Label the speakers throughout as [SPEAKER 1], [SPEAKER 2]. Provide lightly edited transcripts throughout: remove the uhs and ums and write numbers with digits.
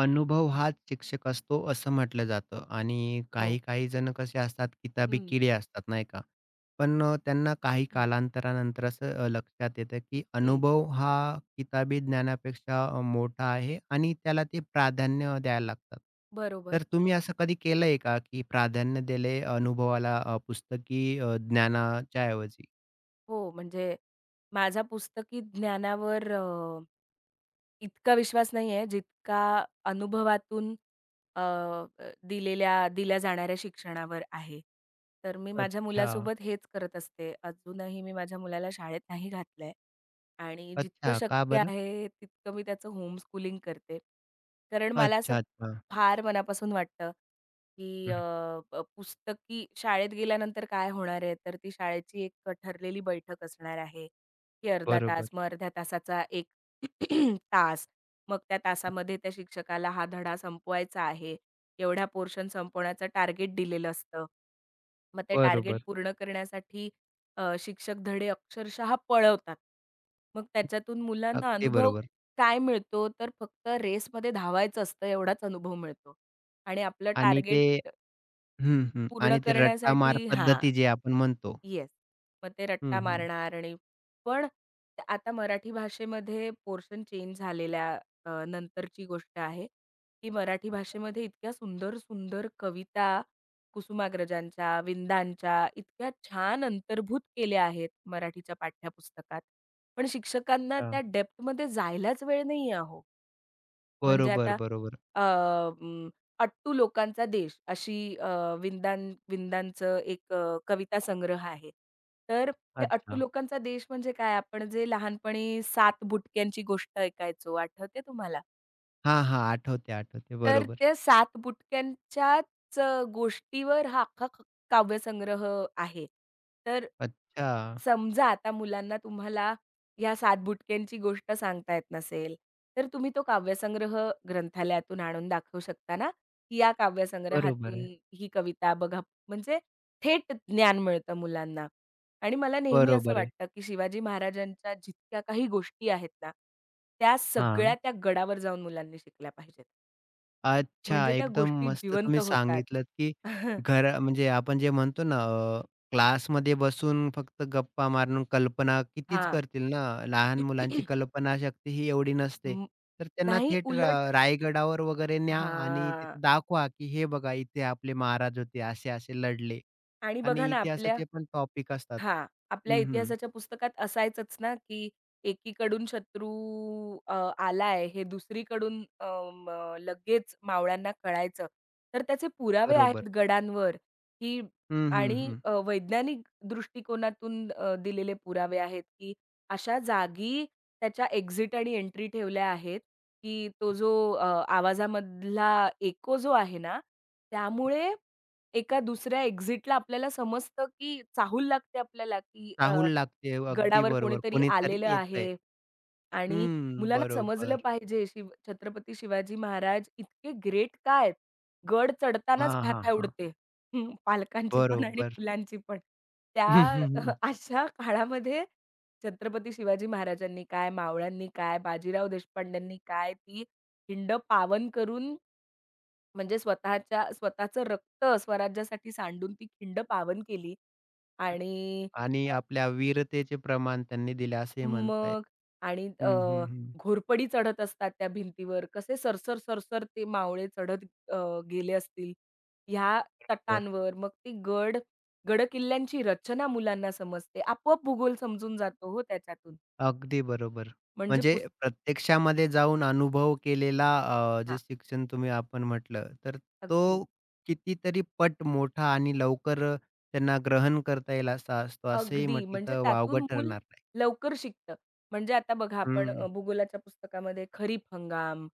[SPEAKER 1] अनुभव हाच शिक्षक असतो असं म्हटलं जातं आणि
[SPEAKER 2] हो.
[SPEAKER 1] काही काही जण कसे असतात किताबी
[SPEAKER 2] हं,
[SPEAKER 1] किडे असतात नाही का. पण त्यांना काही
[SPEAKER 2] हं,
[SPEAKER 1] कालांतरानंतर असं लक्षात येतं की
[SPEAKER 2] हं.
[SPEAKER 1] अनुभव हा किताबी ज्ञानापेक्षा मोठा आहे आणि त्याला ते प्राधान्य द्यायला लागतात.
[SPEAKER 2] बरोबर.
[SPEAKER 1] तर तुम्ही असं कधी केलंय का की प्राधान्य दिले अनुभवाला पुस्तकी ज्ञानाच्या ऐवजी.
[SPEAKER 2] हो, म्हणजे माझा पुस्तकी ज्ञानावर इतका विश्वास नाहीये जितका अनुभवातून अ, अ, दिल्या जाणाऱ्या शिक्षणावर आहे. तर मी माझ्या
[SPEAKER 1] अच्छा.
[SPEAKER 2] मुलासोबत हेच करत असते. अजूनही मी माझ्या मुलाला शाळेत नाही घातलंय आणि जितकं
[SPEAKER 1] अच्छा का
[SPEAKER 2] शक्य
[SPEAKER 1] बरं.
[SPEAKER 2] आहे तितकं मी त्याचं होम स्कूलिंग करते. कारण मला असं
[SPEAKER 1] अच्छा अच्छा.
[SPEAKER 2] फार मनापासून वाटतं की
[SPEAKER 1] हं,
[SPEAKER 2] अ, प पुस्तकी शाळेत गेल्यानंतर काय होणार आहे, तर ती शाळेची एक ठरलेली बैठक असणार आहे, की अर्धा तास,
[SPEAKER 1] बरोबर.
[SPEAKER 2] मग अर्ध्या तासाचा एक तास. मग त्या तासामध्ये त्या शिक्षकाला हा धडा संपवायचा आहे. एवढा पोर्शन संपवण्याचं टार्गेट दिलेलं असतं. मग ते टार्गेट
[SPEAKER 1] बरोबर
[SPEAKER 2] पूर्ण करण्यासाठी शिक्षक धडे अक्षरशः पळवतात. मग त्याच्यातून मुलांना
[SPEAKER 1] अगदी
[SPEAKER 2] अनुभव
[SPEAKER 1] बरोबर
[SPEAKER 2] काय मिळतो, तर फक्त रेसमध्ये धावायचं असतं एवढाच अनुभव मिळतो आणि आपलं
[SPEAKER 1] आणि
[SPEAKER 2] टार्गेट
[SPEAKER 1] ते
[SPEAKER 2] तर
[SPEAKER 1] हं, हं.
[SPEAKER 2] पूर्ण
[SPEAKER 1] आणि ते रट्टा
[SPEAKER 2] करण्यासाठी
[SPEAKER 1] मार
[SPEAKER 2] हां,
[SPEAKER 1] पद्धती जे आपण म्हणतो.
[SPEAKER 2] येस. मग ते
[SPEAKER 1] हं,
[SPEAKER 2] रट्टा
[SPEAKER 1] हं.
[SPEAKER 2] मारणार आणि पण आता मराठी भाषेमध्ये पोर्शन चेंज झालेल्या नंतरची गोष्ट आहे, की मराठी भाषेमध्ये इतक्या सुंदर-सुंदर कविता कुसुमाग्रजांच्या, विंदांच्या इतक्या छान अंतर्भूत केल्या आहेत मराठीच्या पाठ्यपुस्तकात. पण शिक्षकांना
[SPEAKER 1] अच्छा.
[SPEAKER 2] त्या डेप्थमध्ये जायलाच वेळ नाहीये अहो. म्हणजे
[SPEAKER 1] बरोबर,
[SPEAKER 2] आता
[SPEAKER 1] बरोबर.
[SPEAKER 2] अ, अं, अट्टू लोकांचा देश अशी विंदां विंदांचं एक कविता संग्रह आहे. तर हे अट्टू
[SPEAKER 1] अच्छा.
[SPEAKER 2] लोकांचा देश म्हणजे काय? आपण जे लहानपणी 7 बुटक्यांची गोष्ट ऐकायचो, आठवते तुम्हाला?
[SPEAKER 1] हां, हां. आठवते, आठवते.
[SPEAKER 2] तर
[SPEAKER 1] बरोबर.
[SPEAKER 2] त्या 7 बुटक्यांच्याच गोष्टीवर हा अख्खा काव्यसंग्रह आहे. तर
[SPEAKER 1] अच्छा.
[SPEAKER 2] समजा आता मुलांना तुम्हाला ह्या 7 बुटक्यांची गोष्ट सांगता येत नसेल, तर तुम्ही तो काव्यसंग्रह ग्रंथालयातून आणून दाखवू शकता ना, की या
[SPEAKER 1] बरोबर
[SPEAKER 2] काव्यसंग्रहातून
[SPEAKER 1] आहे,
[SPEAKER 2] ही कविता बघा म्हणजे थेट ज्ञान मिळतं मुलांना. आणि मला नेहमी असं
[SPEAKER 1] बरोबर आहे.
[SPEAKER 2] वाटतं, की शिवाजी महाराजांच्या जितक्या काही गोष्टी आहेत ना, त्या सगळ्या
[SPEAKER 1] हां.
[SPEAKER 2] त्या गडावर जाऊन मुलांनी शिकल्या पाहिजेत.
[SPEAKER 1] अच्छा,
[SPEAKER 2] म्हणजे त्या
[SPEAKER 1] एकदम
[SPEAKER 2] गोष्टी
[SPEAKER 1] मस्त
[SPEAKER 2] जिवंत
[SPEAKER 1] तुम्ही
[SPEAKER 2] होतात.
[SPEAKER 1] सांगितलंत, की घर, म्हणजे आपण जे म्हणतो ना, क्लासमध्ये बसून फक्त गप्पा मारून कल्पना कितीच
[SPEAKER 2] हां.
[SPEAKER 1] करतील ना, लहान मुलांची कल्पना शक्ती ही एवढी नसते.
[SPEAKER 2] म
[SPEAKER 1] तर त्यांना
[SPEAKER 2] नाही
[SPEAKER 1] थेट
[SPEAKER 2] उलट
[SPEAKER 1] रायगडावर वगैरे न्या आणि
[SPEAKER 2] हां.
[SPEAKER 1] तिथं दाखवा, की हे बघा इथे आपले महाराज होते, असे-असे लढले
[SPEAKER 2] आणि बघा
[SPEAKER 1] आणि
[SPEAKER 2] ना आपल्या
[SPEAKER 1] इतिहासाचे पण टॉपिक असतात.
[SPEAKER 2] हां. आपल्या
[SPEAKER 1] हं, हं.
[SPEAKER 2] इतिहासाच्या पुस्तकात असायचंच ना, की एकीकडून शत्रू अ, आलाय हे दुसरीकडून अम, अ, म लगेच मावळ्यांना कळायचं. तर त्याचे पुरावे
[SPEAKER 1] बरोबर.
[SPEAKER 2] आहेत गडांवर, की
[SPEAKER 1] हं, हं,
[SPEAKER 2] आणि
[SPEAKER 1] हं.
[SPEAKER 2] वैज्ञानिक दृष्टिकोनातून दिलेले पुरावे आहेत, की अशा जागी त्याच्या एक्झिट आणि एंट्री ठेवल्या आहेत, की तो जो आवाजामधला एको जो आहे ना, त्यामुळे एका दुसऱ्या एक्झिटला आपल्याला समजतं, की चाहूल लागते आपल्याला, की
[SPEAKER 1] चाहूल लागते. अगदी
[SPEAKER 2] गडावर
[SPEAKER 1] बरोबर.
[SPEAKER 2] कोणीतरी
[SPEAKER 1] कोणीतरी
[SPEAKER 2] आलेलं
[SPEAKER 1] येतंय.
[SPEAKER 2] आहे आणि
[SPEAKER 1] हं,
[SPEAKER 2] मुलांना समजलं
[SPEAKER 1] बरोबर.
[SPEAKER 2] पाहिजे शिव छत्रपती शिवाजी महाराज इतके ग्रेट का आहेत? गड चढतानाच
[SPEAKER 1] हां, हां,
[SPEAKER 2] फॅफ्या
[SPEAKER 1] हां.
[SPEAKER 2] उडते. हं, पालकांची पण आणि
[SPEAKER 1] बरोबर.
[SPEAKER 2] मुलांची पण. त्या अशा काळामध्ये छत्रपती शिवाजी महाराजांनी काय, मावळ्यांनी काय, बाजीराव देशपांड्यांनी काय, ती खिंड पावन करून म्हणजे स्वतःच्या स्वतःचं रक्त स्वराज्यासाठी सांडून ती खिंड पावन केली आणि
[SPEAKER 1] आणि
[SPEAKER 2] अ,
[SPEAKER 1] आपल्या वीरतेचे प्रमाण त्यांनी दिले असे म्हणता येईल.
[SPEAKER 2] मग आणि
[SPEAKER 1] हं, हं, हं.
[SPEAKER 2] घोरपडी चढत असतात त्या भिंतीवर. कसे सरसर, सरसर ते मावळे चढत गेले असतील ह्या
[SPEAKER 1] बरं.
[SPEAKER 2] तटांवर. मग ती गडकिल्ल्यांची रचना मुलांना समजते. आपोआप भूगोल समजून जातो हो त्याच्यातून.
[SPEAKER 1] अगदी बरोबर.
[SPEAKER 2] म्हणजे
[SPEAKER 1] म्हणजे प्रत्यक्षामध्ये जाऊन अनुभव केलेला
[SPEAKER 2] हां,
[SPEAKER 1] जे शिक्षण तुम्ही आपण म्हटलं, तर तो
[SPEAKER 2] अगदी.
[SPEAKER 1] कितीतरी पट मोठा आणि लवकर त्यांना ग्रहण करता येईल असा असतो, असंही
[SPEAKER 2] अगदी.
[SPEAKER 1] म्हटलं
[SPEAKER 2] म्हणजे
[SPEAKER 1] तर
[SPEAKER 2] त्यातून
[SPEAKER 1] वावगं
[SPEAKER 2] मूल
[SPEAKER 1] ठरणार नाही.
[SPEAKER 2] लवकर शिकतं. म्हणजे आता बघा आपण
[SPEAKER 1] हं.
[SPEAKER 2] भूगोलाच्या पुस्तकामध्ये खरीप हंगाम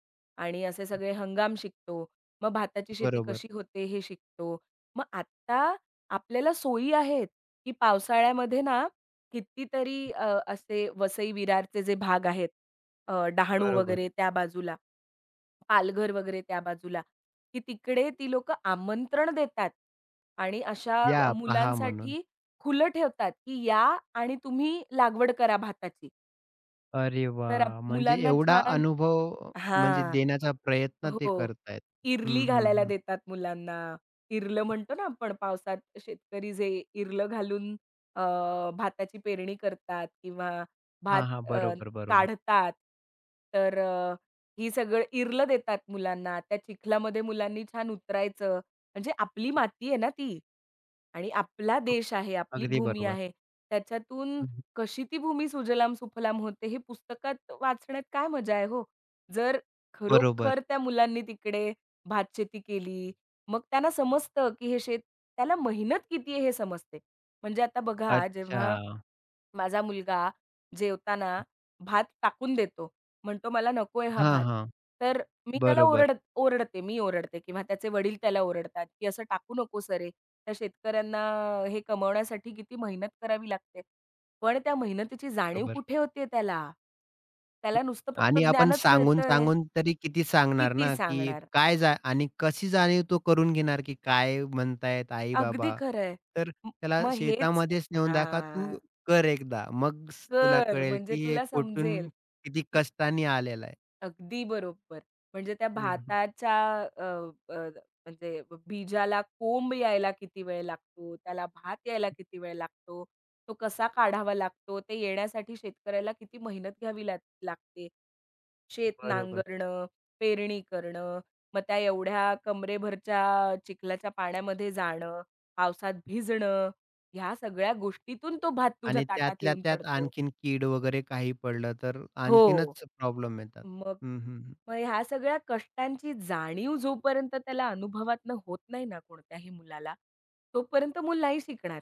[SPEAKER 2] आणि असे सगळे हंगाम शिकतो. मग भाताची शेती
[SPEAKER 1] बरोबर,
[SPEAKER 2] कशी होते हे शिकतो. मग आता आपल्याला सोयी आहेत, की पावसाळ्यामध्ये ना कितीतरी असे वसई विरारचे जे भाग आहेत, डहाणू
[SPEAKER 1] बरोबर.
[SPEAKER 2] वगैरे त्या बाजूला पालघर वगैरे त्या बाजूला, की तिकडे ती लोकं आमंत्रण देतात आणि अशा
[SPEAKER 1] या, पहा म्हणून.
[SPEAKER 2] मुलांसाठी खुलं ठेवतात, की या आणि तुम्ही लागवड करा भाताची.
[SPEAKER 1] अरे
[SPEAKER 2] तर
[SPEAKER 1] वाह! म्हणजे
[SPEAKER 2] मुलांना
[SPEAKER 1] एवढा
[SPEAKER 2] छान
[SPEAKER 1] अनुभव म्हणजे
[SPEAKER 2] हां.
[SPEAKER 1] देण्याचा प्रयत्न ते
[SPEAKER 2] हो.
[SPEAKER 1] करतायत. हं,
[SPEAKER 2] इरली
[SPEAKER 1] हं,
[SPEAKER 2] घालायला
[SPEAKER 1] हं.
[SPEAKER 2] देतात मुलांना. इरलं म्हणतो ना आपण पावसात शेतकरी जे इरलं घालून अ, भाताची पेरणी करतात किंवा
[SPEAKER 1] हां,
[SPEAKER 2] भात
[SPEAKER 1] हां.
[SPEAKER 2] अ,
[SPEAKER 1] बरोबर, बरोबर.
[SPEAKER 2] काढतात. तर ही सगळं इरलं देतात मुलांना. त्या चिखलामध्ये मुलांनी छान उतरायचं. म्हणजे आपली माती आहे ना ती. आणि आपला
[SPEAKER 1] हो,
[SPEAKER 2] देश आहे, आपली
[SPEAKER 1] अगदी
[SPEAKER 2] भूमी
[SPEAKER 1] बरोबर.
[SPEAKER 2] आहे. त्याच्यातून
[SPEAKER 1] हं, हं.
[SPEAKER 2] कशी ती भूमी सुजलाम सुफलाम होते हे पुस्तकात वाचण्यात काय मजा आहे हो. जर खरोखर
[SPEAKER 1] बरोबर.
[SPEAKER 2] त्या मुलांनी तिकडे भातशेती केली, मग त्यांना समजतं, की हे शेत त्याला मेहनत किती आहे हे समजते. म्हणजे आता बघा जेव्हा
[SPEAKER 1] अच्छा.
[SPEAKER 2] माझा मुलगा जेवताना भात टाकून देतो. म्हणतो, "मला नकोय हा
[SPEAKER 1] हां,
[SPEAKER 2] भात."
[SPEAKER 1] हां.
[SPEAKER 2] तर मी त्याला
[SPEAKER 1] बरोबर,
[SPEAKER 2] ओरडते, मी ओरडते किंवा त्याचे वडील त्याला ओरडतात, की "असं टाकू नकोस अरे, त्या शेतकऱ्यांना हे कमवण्यासाठी किती मेहनत करावी लागते." पण त्या मेहनतीची जाणीव
[SPEAKER 1] बरोबर.
[SPEAKER 2] कुठे होतीये त्याला? त्याला नुसतं फक्त
[SPEAKER 1] आणि आपण
[SPEAKER 2] ज्ञानच मिळतंय.
[SPEAKER 1] सांगून-सांगून तरी किती सांगणार
[SPEAKER 2] किती
[SPEAKER 1] ना, की
[SPEAKER 2] सांगणार?
[SPEAKER 1] काय जा आणि कशी जाणीव तो करून घेणार, की काय म्हणतायत
[SPEAKER 2] अगदी
[SPEAKER 1] आई-बाबा.
[SPEAKER 2] खरं
[SPEAKER 1] तर
[SPEAKER 2] म
[SPEAKER 1] त्याला
[SPEAKER 2] मग हेच
[SPEAKER 1] शेतामध्येच नेऊन दाखवा,
[SPEAKER 2] हां,
[SPEAKER 1] तू कर एकदा. मग तुला
[SPEAKER 2] कर
[SPEAKER 1] कळेल,
[SPEAKER 2] म्हणजे
[SPEAKER 1] की हे
[SPEAKER 2] तुला
[SPEAKER 1] कुठून
[SPEAKER 2] समजेल,
[SPEAKER 1] किती
[SPEAKER 2] की
[SPEAKER 1] कष्टाने आलेला आहे.
[SPEAKER 2] अगदी बरोबर. म्हणजे त्या
[SPEAKER 1] हं, हं.
[SPEAKER 2] भाताच्या अ, अ, म्हणजे बीजाला कोंब यायला किती वेळ लागतो, त्याला भात यायला किती वेळ लागतो, तो कसा काढावा लागतो, ते येण्यासाठी शेतकऱ्याला किती मेहनत घ्यावी लागते. शेत
[SPEAKER 1] बरोबर.
[SPEAKER 2] नांगरणं, पेरणी करणं, मग त्या एवढ्या कमरेभरच्या चिखलाच्या पाण्यामध्ये जाणं, पावसात भिजणं, ह्या सगळ्या गोष्टीतून तो भात तुझ्या
[SPEAKER 1] आणि
[SPEAKER 2] ताटात
[SPEAKER 1] त्यातल्या
[SPEAKER 2] येऊन
[SPEAKER 1] त्यात
[SPEAKER 2] पडतो.
[SPEAKER 1] आणखीन कीड वगैरे काही पडलं तर
[SPEAKER 2] हो.
[SPEAKER 1] आणखीनच प्रॉब्लेम येतात.
[SPEAKER 2] मग,
[SPEAKER 1] हं, हं, हं.
[SPEAKER 2] मग ह्या सगळ्या कष्टांची जाणीव जोपर्यंत त्याला अनुभवातनं होत नाही ना कोणत्याही मुलाला, तोपर्यंत मूल नाही शिकणार.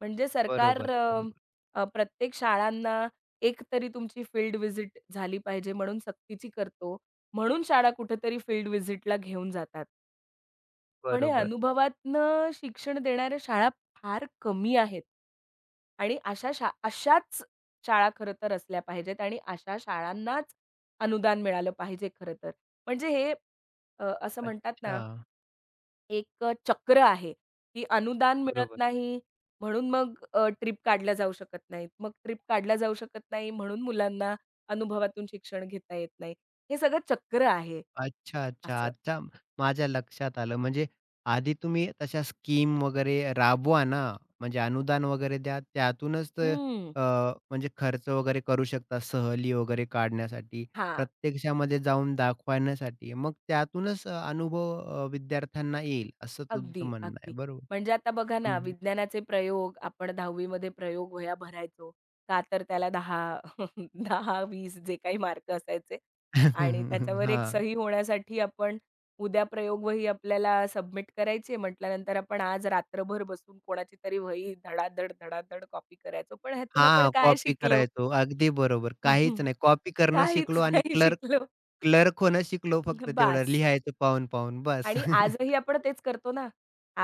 [SPEAKER 2] म्हणजे सरकार
[SPEAKER 1] बरोबर,
[SPEAKER 2] अ,
[SPEAKER 1] बरोबर,
[SPEAKER 2] अ, प्रत्येक शाळांना एक तरी तुमची फील्ड व्हिजिट झाली पाहिजे म्हणून सक्तीची करतो. म्हणून शाळा कुठेतरी फील्ड व्हिजिटला घेऊन जातात. पण हे
[SPEAKER 1] बरोबर.
[SPEAKER 2] अनुभवातनं शिक्षण देणाऱ्या शाळा फार कमी आहेत. आणि अशा अशाच शाळा खरं तर असल्या पाहिजेत आणि अशा शाळांनाच अनुदान मिळालं पाहिजे खरं तर. म्हणजे हे असं म्हणतात
[SPEAKER 1] अच्छा.
[SPEAKER 2] ना, एक चक्र आहे, की अनुदान मिळत
[SPEAKER 1] बरोबर.
[SPEAKER 2] नाही म्हणून मग ट्रिप काढल्या जाऊ शकत नाहीत. मग ट्रिप काढल्या जाऊ शकत नाही म्हणून मुलांना अनुभवातून शिक्षण घेता येत नाही. हे सगळं चक्र आहे
[SPEAKER 1] अच्छा, अच्छा.
[SPEAKER 2] असं.
[SPEAKER 1] अच्छा माझ्या लक्षात आलं. म्हणजे आधी तुम्ही तशा स्कीम वगैरे राबवा ना, म्हणजे अनुदान वगैरे द्या. त्यातूनच तर
[SPEAKER 2] हं.
[SPEAKER 1] अ, म्हणजे खर्च वगैरे करू शकता सहली वगैरे काढण्यासाठी,
[SPEAKER 2] हां.
[SPEAKER 1] प्रत्यक्षामध्ये जाऊन दाखवण्यासाठी. मग त्यातूनच अनुभव विद्यार्थ्यांना येईल असं तुमचं
[SPEAKER 2] अगदी,
[SPEAKER 1] म्हणणं आहे.
[SPEAKER 2] अगदी.
[SPEAKER 1] बरोबर.
[SPEAKER 2] म्हणजे आता बघा
[SPEAKER 1] हं,
[SPEAKER 2] ना,
[SPEAKER 1] हं.
[SPEAKER 2] विज्ञानाचे प्रयोग आपण 10वी मध्ये प्रयोग वह्या भरायचो. का तर त्याला 10 10-20 जे काही मार्क असायचे आणि त्याच्यावर एक सही होण्यासाठी आपण उद्या प्रयोग वही आपल्याला सबमिट करायची आहे म्हटल्यानंतर आपण आज रात्रभर बसून कोणाची तरी वही धडाधड, धडाधड कॉपी करायचो. पण ह्यातून आपण
[SPEAKER 1] हां,
[SPEAKER 2] काय
[SPEAKER 1] कॉपी
[SPEAKER 2] शिकलो?
[SPEAKER 1] करायचो. अगदी बरोबर. काहीच नाही. कॉपी करणं
[SPEAKER 2] काहीच
[SPEAKER 1] शिकलो आणि
[SPEAKER 2] नाही
[SPEAKER 1] क्लर्क
[SPEAKER 2] शिकलो.
[SPEAKER 1] क्लर्क होणं शिकलो फक्त तेवढं
[SPEAKER 2] बास.
[SPEAKER 1] लिहायचं पाहून-पाहून बस.
[SPEAKER 2] आणि आजही आपण तेच करतो ना.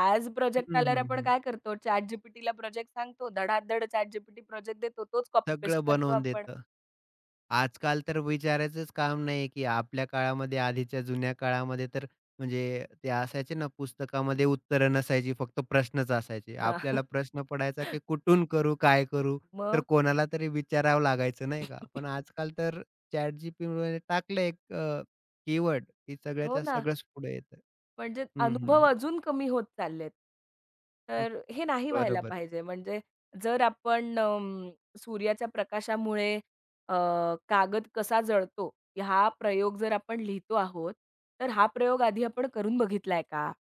[SPEAKER 2] आज प्रोजेक्ट
[SPEAKER 1] हं,
[SPEAKER 2] आल्यावर
[SPEAKER 1] हं,
[SPEAKER 2] आपण
[SPEAKER 1] हं.
[SPEAKER 2] काय करतो? ChatGPTला प्रोजेक्ट सांगतो. धडाधड ChatGPT प्रोजेक्ट देतो. तोच कॉपी पेस्ट
[SPEAKER 1] सगळं
[SPEAKER 2] करतो
[SPEAKER 1] बनवून
[SPEAKER 2] आपण.
[SPEAKER 1] देतं. आजकाल तर विचारायचंच काम नाही, की आपल्या काळामध्ये, आधीच्या जुन्या काळामध्ये तर म्हणजे ते असायचे ना, पुस्तकामध्ये उत्तरं नसायची, फक्त प्रश्नच असायचे.
[SPEAKER 2] हां.
[SPEAKER 1] आपल्याला प्रश्न पडायचा, की कुठून करू, काय करू? तर
[SPEAKER 2] मग
[SPEAKER 1] कोणाला तरी विचारावं लागायचं, नाही का? पण आजकाल तर ChatGPTमध्ये टाकलं एक कीवर्ड, की
[SPEAKER 2] हो
[SPEAKER 1] सगळ्याच्या
[SPEAKER 2] ना.
[SPEAKER 1] सगळंच पुढे येतं.
[SPEAKER 2] म्हणजे
[SPEAKER 1] हं, हं,
[SPEAKER 2] अनुभव
[SPEAKER 1] हं.
[SPEAKER 2] अजून कमी होत चाललेत. तर हे नाही व्हायला
[SPEAKER 1] बरोबर,
[SPEAKER 2] पाहिजे. म्हणजे जर आपण सूर्याच्या प्रकाशामुळे अ, कागद कसा जळतो, हा प्रयोग जर आपण लिहितो आहोत, तर हा प्रयोग आधी आपण करून बघितलाय का?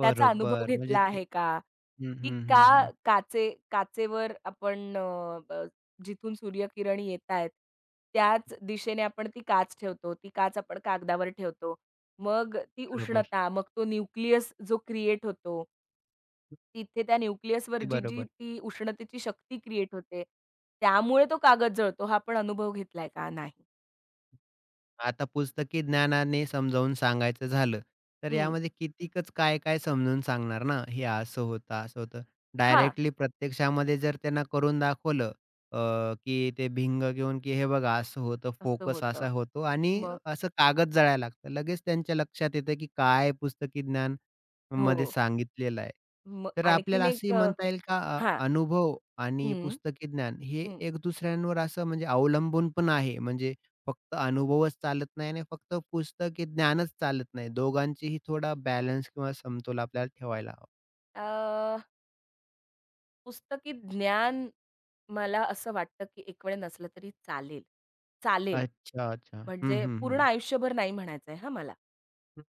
[SPEAKER 2] त्याचा अनुभव घेतला
[SPEAKER 1] म्हणजे ते
[SPEAKER 2] आहे का?
[SPEAKER 1] हं,
[SPEAKER 2] की
[SPEAKER 1] हं, हं, हं.
[SPEAKER 2] काचेवर आपण अ, अ, जिथून सूर्यकिरणी येतायत, त्याच दिशेने आपण ती काच ठेवतो. ती काच आपण कागदावर ठेवतो. मग ती
[SPEAKER 1] बरोबर.
[SPEAKER 2] उष्णता, मग तो न्यूक्लियस जो क्रिएट होतो, तिथे त्या न्यूक्लियसवर
[SPEAKER 1] ते
[SPEAKER 2] जी, जी
[SPEAKER 1] बरोबर.
[SPEAKER 2] ती उष्णतेची शक्ती क्रिएट होते, त्यामुळे तो कागद जळतो हा आपण अनुभव घेतलाय का? नाही.
[SPEAKER 1] आता पुस्तकी ज्ञानाने समजावून सांगायचं झालं, तर
[SPEAKER 2] हं,
[SPEAKER 1] यामध्ये कितीकच काय-काय समजून सांगणार ना, हे असं होतं, असं होतं.
[SPEAKER 2] हां,
[SPEAKER 1] डायरेक्टली प्रत्यक्षामध्ये जर त्यांना करून दाखवलं की ते भिंग घेऊन, की हे बघा असं होतं,
[SPEAKER 2] असं
[SPEAKER 1] फोकस
[SPEAKER 2] होतं.
[SPEAKER 1] असा होतो आणि
[SPEAKER 2] मग
[SPEAKER 1] असं कागद जळायला लागतं. लगेच त्यांच्या लक्षात येतं, की काय पुस्तकी ज्ञान मध्ये
[SPEAKER 2] हो.
[SPEAKER 1] सांगितलेलं आहे.
[SPEAKER 2] मग
[SPEAKER 1] तर आपल्याला
[SPEAKER 2] आणखीन एक
[SPEAKER 1] असंही म्हणता येईल का
[SPEAKER 2] हां.
[SPEAKER 1] अनुभव आणि
[SPEAKER 2] हं,
[SPEAKER 1] पुस्तकी ज्ञान हे एक दुसऱ्यांवर असं म्हणजे अवलंबून पण आहे म्हणजे फक्त अनुभवच चालत नाही आणि फक्त पुस्तकी ज्ञानच चालत नाही. दोघांचीही थोडा बॅलन्स किंवा समतोल आपल्याला ठेवायला हवा.
[SPEAKER 2] अ, पुस्तकी ज्ञान मला असं वाटतं, की एक वेळ नसलं तरी चालेल. चालेल.
[SPEAKER 1] अच्छा, अच्छा. हं,
[SPEAKER 2] म्हणजे
[SPEAKER 1] हं,
[SPEAKER 2] पूर्ण
[SPEAKER 1] हं.
[SPEAKER 2] आयुष्यभर नाही म्हणायचंय हां मला.
[SPEAKER 1] हं,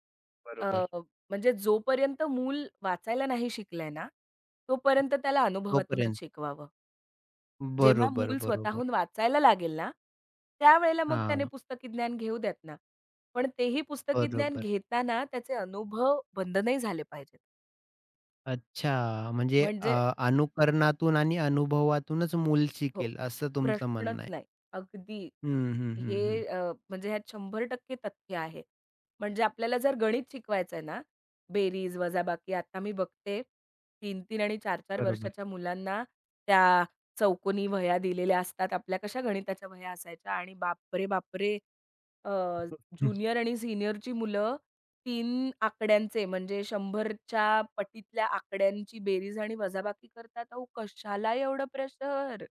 [SPEAKER 2] अ,
[SPEAKER 1] बरोबर.
[SPEAKER 2] म्हणजे जोपर्यंत मूल वाचायला नाही शिकलंय ना, तोपर्यंत त्याला अनुभवातूनच
[SPEAKER 1] तोपर्यंत.
[SPEAKER 2] शिकवावं. जेव्हा
[SPEAKER 1] बरोबर,
[SPEAKER 2] मूल
[SPEAKER 1] बरोबर.
[SPEAKER 2] स्वतःहून वाचायला लागेल ना, त्यावेळेला मग
[SPEAKER 1] हां,
[SPEAKER 2] त्याने पुस्तकी ज्ञान घेऊ द्यात ना. पण तेही पुस्तकी ज्ञान
[SPEAKER 1] बरोबर.
[SPEAKER 2] घेताना त्याचे अनुभव बंद नाही झाले पाहिजेत.
[SPEAKER 1] अच्छा, म्हणजे
[SPEAKER 2] म्हणजे
[SPEAKER 1] अनुकरणातून आणि अनुभवातूनच मूल
[SPEAKER 2] हो,
[SPEAKER 1] शिकेल असं तुमचं
[SPEAKER 2] प्रश्नच
[SPEAKER 1] म्हणणं आहे.
[SPEAKER 2] नाही. अगदी
[SPEAKER 1] हं, हं, हं,
[SPEAKER 2] हे
[SPEAKER 1] हं.
[SPEAKER 2] म्हणजे ह्यात 100% तथ्य आहे. म्हणजे आपल्याला जर गणित शिकवायचं आहे ना, बेरीज, वजाबाकी आता मी बघते तीन 3 आणि चार 4
[SPEAKER 1] बरोबर.
[SPEAKER 2] वर्षाच्या मुलांना त्या चौकोनी वह्या दिलेल्या असतात. आपल्या कशा गणिताच्या वह्या असायच्या आणि बापरे, बापरे! अ,
[SPEAKER 1] हम्म,
[SPEAKER 2] ज्युनियर आणि सीनियरची मुलं 3 आकड्यांचे म्हणजे 100च्या पटीतल्या आकड्यांची बेरीज आणि वजाबाकी करतात. अहो, कशाला एवढं प्रेशर?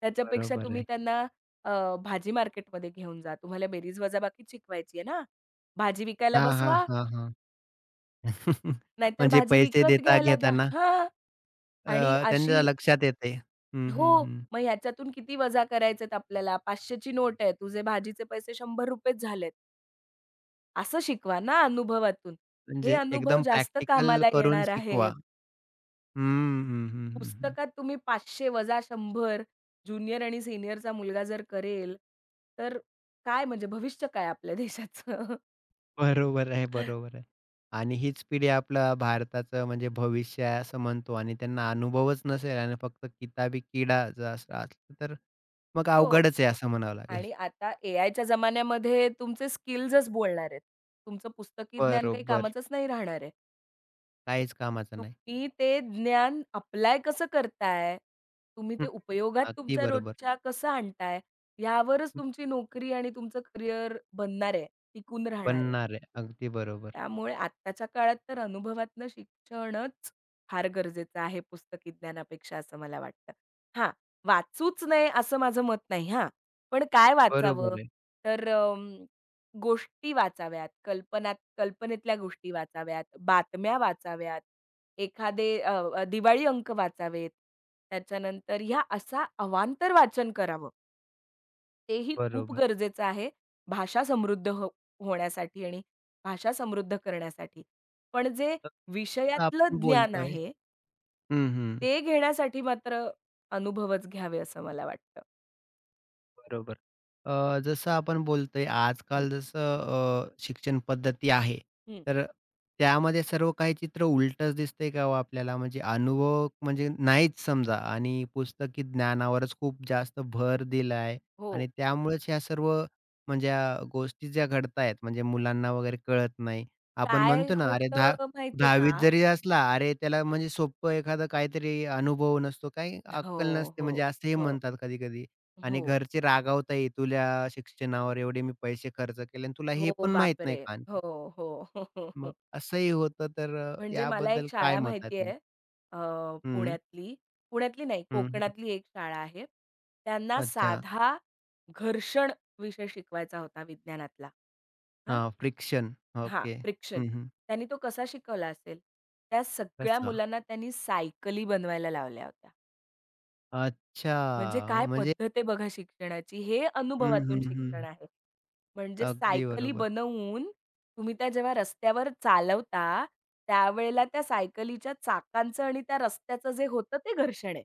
[SPEAKER 2] त्याच्यापेक्षा
[SPEAKER 1] बरोबर
[SPEAKER 2] तुम्ही
[SPEAKER 1] आहे.
[SPEAKER 2] त्यांना अ, भाजी मार्केटमध्ये घेऊन जा. तुम्हाला बेरीज वजाबाकी शिकवायची आहे ना. भाजी विकायला
[SPEAKER 1] हां, हां,
[SPEAKER 2] बसवा,
[SPEAKER 1] हां, हां.
[SPEAKER 2] नाहीतर
[SPEAKER 1] म्हणजे
[SPEAKER 2] भाजी
[SPEAKER 1] पैसे
[SPEAKER 2] विकत
[SPEAKER 1] देता
[SPEAKER 2] घ्यायला द्या.
[SPEAKER 1] घेताना
[SPEAKER 2] हां. आणि अशी
[SPEAKER 1] त्यांच्या लक्षात येते. हं,
[SPEAKER 2] हो.
[SPEAKER 1] हं, हं.
[SPEAKER 2] मग ह्याच्यातून किती वजा करायचेत आपल्याला? 500 ची नोट आहे. तुझे भाजीचे पैसे ₹100 झालेत. असं शिकवा ना अनुभवातून. हे
[SPEAKER 1] म्हणजे
[SPEAKER 2] अनुभव
[SPEAKER 1] एकदम
[SPEAKER 2] जास्त
[SPEAKER 1] प्रॅक्टिकल
[SPEAKER 2] कामाला
[SPEAKER 1] करून
[SPEAKER 2] येणार आहेत.
[SPEAKER 1] शिकवा. हं, हं, हं, हं, हं.
[SPEAKER 2] पुस्तकात तुम्ही 500 वजा 100 ज्युनियर आणि सीनियरचा मुलगा जर करेल, तर काय म्हणजे भविष्य काय आपल्या देशाचं?
[SPEAKER 1] बरोबर आहे, बरोबर आहे. आणि हीच पिढी आपलं भारताचं म्हणजे भविष्य आहे असं म्हणतो आणि त्यांना अनुभवच नसेल आणि फक्त किताबी किडा जर असा असला तर मग
[SPEAKER 2] हो.
[SPEAKER 1] अवघडच आहे असं म्हणावं लागेल.
[SPEAKER 2] आणि आता एआयच्या जमान्यामध्ये तुमचे स्किल्सच बोलणार आहेत. तुमचं पुस्तकी ज्ञान काही
[SPEAKER 1] बरोबर.
[SPEAKER 2] कामाचंच नाही राहणार आहे.
[SPEAKER 1] काहीच कामाचं नाही.
[SPEAKER 2] तुम्ही ते ज्ञान अप्लाय कसं करताय? तुम्ही ते
[SPEAKER 1] हं.
[SPEAKER 2] उपयोगात
[SPEAKER 1] अगदी
[SPEAKER 2] तुमच्या
[SPEAKER 1] बरोबर.
[SPEAKER 2] रोजच्या कसं आणताय? यावरच
[SPEAKER 1] हं,
[SPEAKER 2] तुमची नोकरी आणि तुमचं करियर बनणार आहे, टिकून राहणार आहे.
[SPEAKER 1] बनणार आहे. अगदी बरोबर.
[SPEAKER 2] त्यामुळे आत्ताच्या काळात तर अनुभवातनं शिक्षणच फार गरजेचं आहे पुस्तकी ज्ञानापेक्षा असं मला वाटतं. हां, वाचूच नये असं माझं मत नाही हां. पण काय वाचावं?
[SPEAKER 1] बरोबर आहे.
[SPEAKER 2] तर गोष्टी वाचाव्यात, कल्पनेतल्या गोष्टी वाचाव्यात, बातम्या वाचाव्यात, एखादे अ, अ, दिवाळी अंक वाचावेत. त्याच्यानंतर ह्या असा अवांतर वाचन करावं. तेही खूप
[SPEAKER 1] बरोबर.
[SPEAKER 2] गरजेचं आहे, भाषा समृद्ध होण्यासाठी आणि भाषा समृद्ध करण्यासाठी. पण जे
[SPEAKER 1] तर आपण
[SPEAKER 2] विषयातलं ज्ञान
[SPEAKER 1] बोलतोय
[SPEAKER 2] आहे,
[SPEAKER 1] हं, हं.
[SPEAKER 2] ते घेण्यासाठी मात्र अनुभवच घ्यावे असं मला वाटतं.
[SPEAKER 1] बरोबर. जसं आपण बोलतोय
[SPEAKER 2] हं.
[SPEAKER 1] आजकाल जसं शिक्षण पद्धती आहे,
[SPEAKER 2] हं.
[SPEAKER 1] तर त्यामध्ये सर्व काही चित्र उलटंच दिसतंय का हो आपल्याला? म्हणजे अनुभव म्हणजे नाहीच समजा आणि पुस्तकी ज्ञानावरच खूप जास्त भर दिलाय
[SPEAKER 2] हो.
[SPEAKER 1] आणि त्यामुळेच ह्या सर्व म्हणजे गोष्टी ज्या घडतायत म्हणजे मुलांना वगैरे कळत नाही. आपण
[SPEAKER 2] काय
[SPEAKER 1] म्हणतो ना, अरे दहा
[SPEAKER 2] होतं माहिती का?
[SPEAKER 1] 10वीत जरी असला, अरे त्याला म्हणजे सोपं एखादं काहीतरी अनुभव नसतो, काही
[SPEAKER 2] हो,
[SPEAKER 1] अक्कल नसते
[SPEAKER 2] हो,
[SPEAKER 1] म्हणजे असंही
[SPEAKER 2] हो,
[SPEAKER 1] म्हणतात कधी-कधी. आणि
[SPEAKER 2] हो.
[SPEAKER 1] घरचे रागावताही, "तुझ्या शिक्षणावर एवढे मी पैसे खर्च केले आणि तुला हे
[SPEAKER 2] हो,
[SPEAKER 1] पण माहीत नाही
[SPEAKER 2] बापरे!
[SPEAKER 1] का
[SPEAKER 2] हो,
[SPEAKER 1] आणखीन?"
[SPEAKER 2] हो. हो, हो,
[SPEAKER 1] मग
[SPEAKER 2] हो.
[SPEAKER 1] असंही होतं तर
[SPEAKER 2] म्हणजे मला
[SPEAKER 1] याबद्दल
[SPEAKER 2] एक
[SPEAKER 1] काय
[SPEAKER 2] शाळा
[SPEAKER 1] मत आहे
[SPEAKER 2] माहिती
[SPEAKER 1] तुमचं?
[SPEAKER 2] आहे अ,
[SPEAKER 1] हं,
[SPEAKER 2] पुण्यातली. पुण्यातली नाही,
[SPEAKER 1] हं, हं.
[SPEAKER 2] कोकणातली एक शाळा आहे. त्यांना
[SPEAKER 1] अच्छा.
[SPEAKER 2] साधा घर्षण विषय शिकवायचा होता विज्ञानातला. हां,
[SPEAKER 1] हां, फ्रिक्शन.
[SPEAKER 2] हां,
[SPEAKER 1] ओके.
[SPEAKER 2] फ्रिक्शन.
[SPEAKER 1] हं, हं.
[SPEAKER 2] त्यांनी तो कसा शिकवला असेल? त्या सगळ्या
[SPEAKER 1] तसा.
[SPEAKER 2] मुलांना त्यांनी सायकली बनवायला लावल्या होत्या.
[SPEAKER 1] अच्छा.
[SPEAKER 2] म्हणजे काय
[SPEAKER 1] म्हणजे
[SPEAKER 2] पद्धत आहे बघा शिक्षणाची. हे
[SPEAKER 1] हं,
[SPEAKER 2] अनुभवातून
[SPEAKER 1] हं,
[SPEAKER 2] शिक्षण
[SPEAKER 1] हं.
[SPEAKER 2] आहे. म्हणजे
[SPEAKER 1] अगदी
[SPEAKER 2] सायकली
[SPEAKER 1] बरोबर.
[SPEAKER 2] बनवून तुम्ही त्या जेव्हा रस्त्यावर चालवता, त्यावेळेला त्या सायकलीच्या चाकांचं आणि त्या रस्त्याचं जे होतं ते घर्षण आहे.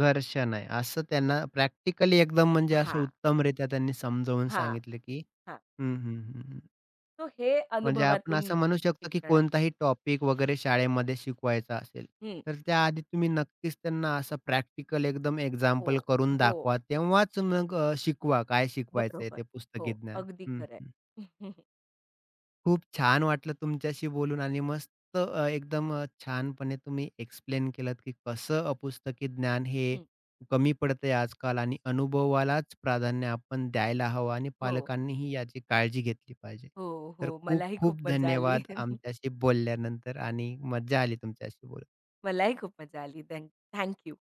[SPEAKER 1] घर्षण आहे. असं त्यांना प्रॅक्टिकली एकदम म्हणजे असं
[SPEAKER 2] हां,
[SPEAKER 1] उत्तमरित्या त्यांनी समजावून
[SPEAKER 2] हां,
[SPEAKER 1] सांगितलं, की
[SPEAKER 2] हां.
[SPEAKER 1] हं, हं, हं, हं.
[SPEAKER 2] सो हे
[SPEAKER 1] म्हणजे आपण
[SPEAKER 2] अनुभवातून
[SPEAKER 1] असं म्हणू शकतो, की
[SPEAKER 2] शिक्षण आहे.
[SPEAKER 1] कोणताही टॉपिक वगैरे शाळेमध्ये शिकवायचा असेल,
[SPEAKER 2] हं.
[SPEAKER 1] तर त्याआधी तुम्ही नक्कीच त्यांना असं प्रॅक्टिकल एकदम
[SPEAKER 2] हो,
[SPEAKER 1] एक्झाम्पल करून
[SPEAKER 2] हो.
[SPEAKER 1] दाखवा. तेव्हाच मग शिकवा काय शिकवायचंय
[SPEAKER 2] बरोबर.
[SPEAKER 1] ते
[SPEAKER 2] हो,
[SPEAKER 1] पुस्तकी ज्ञान.
[SPEAKER 2] अगदी
[SPEAKER 1] हं.
[SPEAKER 2] खरं
[SPEAKER 1] खूप छान वाटलं तुमच्याशी बोलून आणि मस्त एकदम छानपणे तुम्ही एक्सप्लेन केलात, की कसं अपुस्तकी ज्ञान हे
[SPEAKER 2] हं.
[SPEAKER 1] कमी पडतंय आजकाल आणि अनुभवालाच प्राधान्य आपण द्यायला हवं आणि
[SPEAKER 2] हो,
[SPEAKER 1] पालकांनीही याची काळजी घेतली पाहिजे.
[SPEAKER 2] हो,
[SPEAKER 1] तर
[SPEAKER 2] हो.
[SPEAKER 1] खूप
[SPEAKER 2] मलाही खूप
[SPEAKER 1] खूप
[SPEAKER 2] मजा आली.
[SPEAKER 1] धन्यवाद आमच्याशी बोलल्यानंतर आणि मज्जा आली तुमच्याशी बोलून.
[SPEAKER 2] मलाही खूप मजा आली. Thank you.